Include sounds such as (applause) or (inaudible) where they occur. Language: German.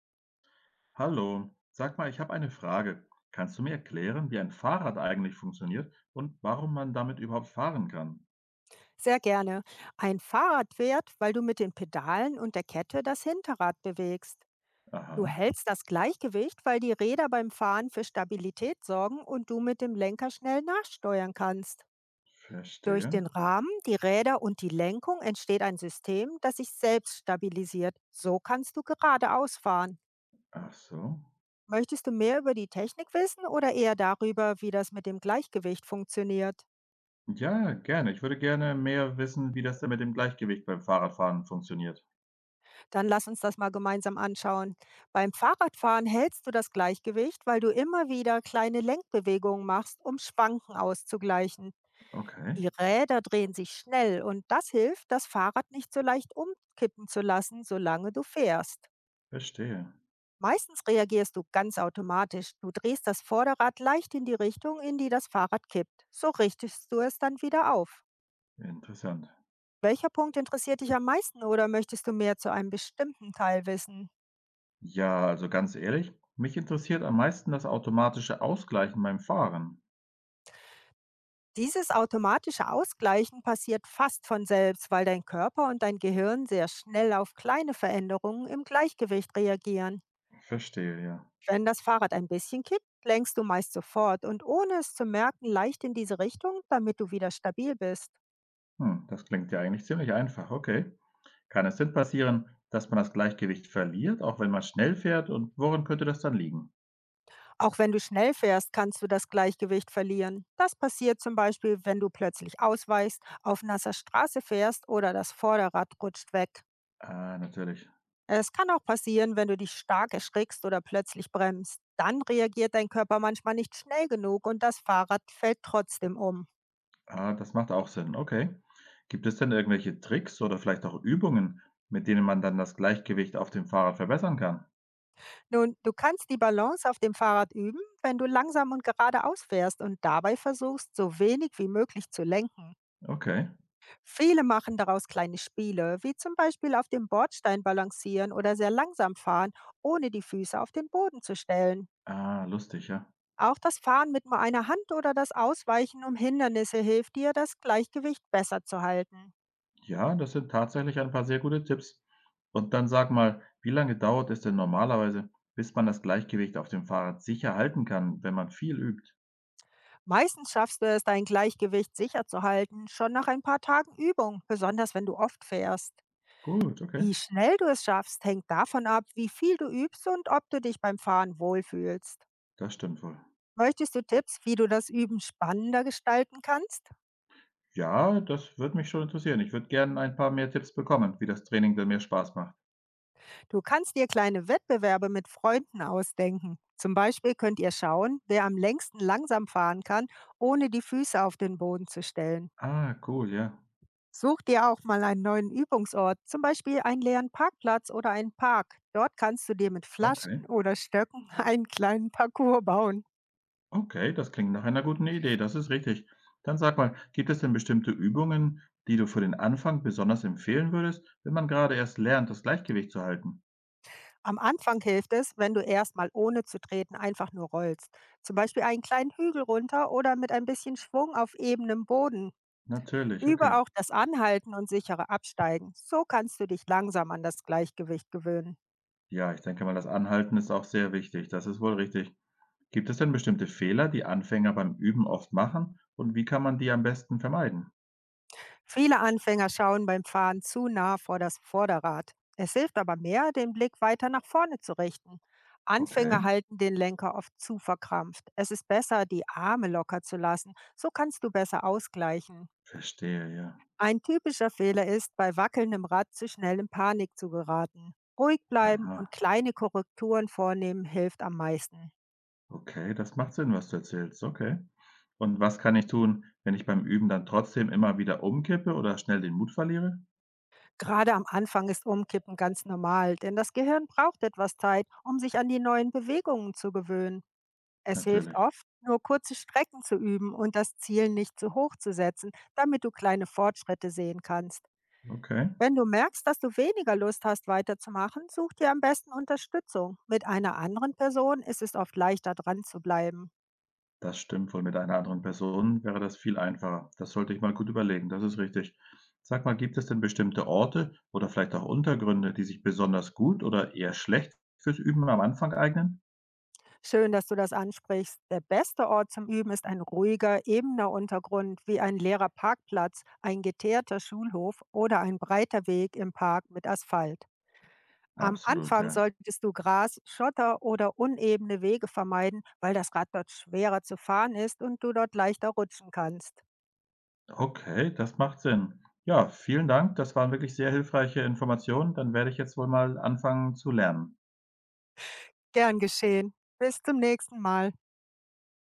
Hallo, sag mal, ich habe eine Frage. Kannst du mir erklären, wie ein Fahrrad eigentlich funktioniert und warum man damit überhaupt fahren kann? Sehr gerne. Ein Fahrrad fährt, weil du mit den Pedalen und der Kette das Hinterrad bewegst. Du Aha, hältst das Gleichgewicht, weil die Räder beim Fahren für Stabilität sorgen und du mit dem Lenker schnell nachsteuern kannst. Durch verstehe. den Rahmen, die Räder und die Lenkung entsteht ein System, das sich selbst stabilisiert. So kannst du geradeaus fahren. Ach so. Möchtest du mehr über die Technik wissen oder eher darüber, wie das mit dem Gleichgewicht funktioniert? Ja, gerne. Ich würde gerne mehr wissen, wie das denn mit dem Gleichgewicht beim Fahrradfahren funktioniert. Dann lass uns das mal gemeinsam anschauen. Beim Fahrradfahren hältst du das Gleichgewicht, weil du immer wieder kleine Lenkbewegungen machst, um Schwanken auszugleichen. Okay, Die Räder drehen sich schnell und das hilft, das Fahrrad nicht so leicht umkippen zu lassen, solange du fährst. verstehe. Meistens reagierst du ganz automatisch. Du drehst das Vorderrad leicht in die Richtung, in die das Fahrrad kippt. So richtest du es dann wieder auf. Interessant. Welcher Punkt interessiert dich am meisten oder möchtest du mehr zu einem bestimmten Teil wissen? Ja, also ganz ehrlich, mich interessiert am meisten das automatische Ausgleichen beim Fahren. Dieses automatische Ausgleichen passiert fast von selbst, weil dein Körper und dein Gehirn sehr schnell auf kleine Veränderungen im Gleichgewicht reagieren. Verstehe, ja. Wenn das Fahrrad ein bisschen kippt, lenkst du meist sofort und ohne es zu merken leicht in diese Richtung, damit du wieder stabil bist. Hm, das klingt ja eigentlich ziemlich einfach. Okay. Kann es denn passieren, dass man das Gleichgewicht verliert, auch wenn man schnell fährt und woran könnte das dann liegen? Auch wenn du schnell fährst, kannst du das Gleichgewicht verlieren. Das passiert zum Beispiel, wenn du plötzlich ausweichst, auf nasser Straße fährst oder das Vorderrad rutscht weg. Ah, natürlich. Es kann auch passieren, wenn du dich stark erschrickst oder plötzlich bremst. Dann reagiert dein Körper manchmal nicht schnell genug und das Fahrrad fällt trotzdem um. Ah, das macht auch Sinn. Okay. Gibt es denn irgendwelche Tricks oder vielleicht auch Übungen, mit denen man dann das Gleichgewicht auf dem Fahrrad verbessern kann? Nun, du kannst die Balance auf dem Fahrrad üben, wenn du langsam und geradeaus fährst und dabei versuchst, so wenig wie möglich zu lenken. Okay. Viele machen daraus kleine Spiele, wie zum Beispiel auf dem Bordstein balancieren oder sehr langsam fahren, ohne die Füße auf den Boden zu stellen. Ah, lustig, ja. Auch das Fahren mit nur einer Hand oder das Ausweichen um Hindernisse hilft dir, das Gleichgewicht besser zu halten. Ja, das sind tatsächlich ein paar sehr gute Tipps. Und dann sag mal, wie lange dauert es denn normalerweise, bis man das Gleichgewicht auf dem Fahrrad sicher halten kann, wenn man viel übt? Meistens schaffst du es, dein Gleichgewicht sicher zu halten, schon nach ein paar Tagen Übung, besonders wenn du oft fährst. Gut, okay. Wie schnell du es schaffst, hängt davon ab, wie viel du übst und ob du dich beim Fahren wohlfühlst. Das stimmt wohl. Möchtest du Tipps, wie du das Üben spannender gestalten kannst? Ja, das würde mich schon interessieren. Ich würde gerne ein paar mehr Tipps bekommen, wie das Training denn mehr Spaß macht. Du kannst dir kleine Wettbewerbe mit Freunden ausdenken. Zum Beispiel könnt ihr schauen, wer am längsten langsam fahren kann, ohne die Füße auf den Boden zu stellen. Ah, cool, ja. Such dir auch mal einen neuen Übungsort, zum Beispiel einen leeren Parkplatz oder einen Park. Dort kannst du dir mit Okay. Flaschen oder Stöcken (laughs) einen kleinen Parcours bauen. Okay, das klingt nach einer guten Idee, das ist richtig. Dann sag mal, gibt es denn bestimmte Übungen, die du für den Anfang besonders empfehlen würdest, wenn man gerade erst lernt, das Gleichgewicht zu halten? Am Anfang hilft es, wenn du erstmal ohne zu treten einfach nur rollst. Zum Beispiel einen kleinen Hügel runter oder mit ein bisschen Schwung auf ebenem Boden. Natürlich, Übe okay. auch das Anhalten und sichere Absteigen. So kannst du dich langsam an das Gleichgewicht gewöhnen. Ja, ich denke mal, das Anhalten ist auch sehr wichtig, das ist wohl richtig. Gibt es denn bestimmte Fehler, die Anfänger beim Üben oft machen und wie kann man die am besten vermeiden? Viele Anfänger schauen beim Fahren zu nah vor das Vorderrad. Es hilft aber mehr, den Blick weiter nach vorne zu richten. Okay, Anfänger halten den Lenker oft zu verkrampft. Es ist besser, die Arme locker zu lassen. So kannst du besser ausgleichen. verstehe, ja. Ein typischer Fehler ist, bei wackelndem Rad zu schnell in Panik zu geraten. Ruhig bleiben und Aha. kleine Korrekturen vornehmen hilft am meisten. Okay, das macht Sinn, was du erzählst. Okay. Und was kann ich tun, wenn ich beim Üben dann trotzdem immer wieder umkippe oder schnell den Mut verliere? Gerade am Anfang ist Umkippen ganz normal, denn das Gehirn braucht etwas Zeit, um sich an die neuen Bewegungen zu gewöhnen. Es hilft Natürlich. oft, nur kurze Strecken zu üben und das Ziel nicht zu hoch zu setzen, damit du kleine Fortschritte sehen kannst. Okay. Wenn du merkst, dass du weniger Lust hast, weiterzumachen, such dir am besten Unterstützung. Mit einer anderen Person ist es oft leichter dran zu bleiben. Das stimmt wohl. Mit einer anderen Person wäre das viel einfacher. Das sollte ich mal gut überlegen. Das ist richtig. Sag mal, gibt es denn bestimmte Orte oder vielleicht auch Untergründe, die sich besonders gut oder eher schlecht fürs Üben am Anfang eignen? Schön, dass du das ansprichst. Der beste Ort zum Üben ist ein ruhiger, ebener Untergrund wie ein leerer Parkplatz, ein geteerter Schulhof oder ein breiter Weg im Park mit Asphalt. Am Absolut, Anfang ja. solltest du Gras, Schotter oder unebene Wege vermeiden, weil das Rad dort schwerer zu fahren ist und du dort leichter rutschen kannst. Okay, das macht Sinn. Ja, vielen Dank. Das waren wirklich sehr hilfreiche Informationen. Dann werde ich jetzt wohl mal anfangen zu lernen. Gern geschehen. Bis zum nächsten Mal.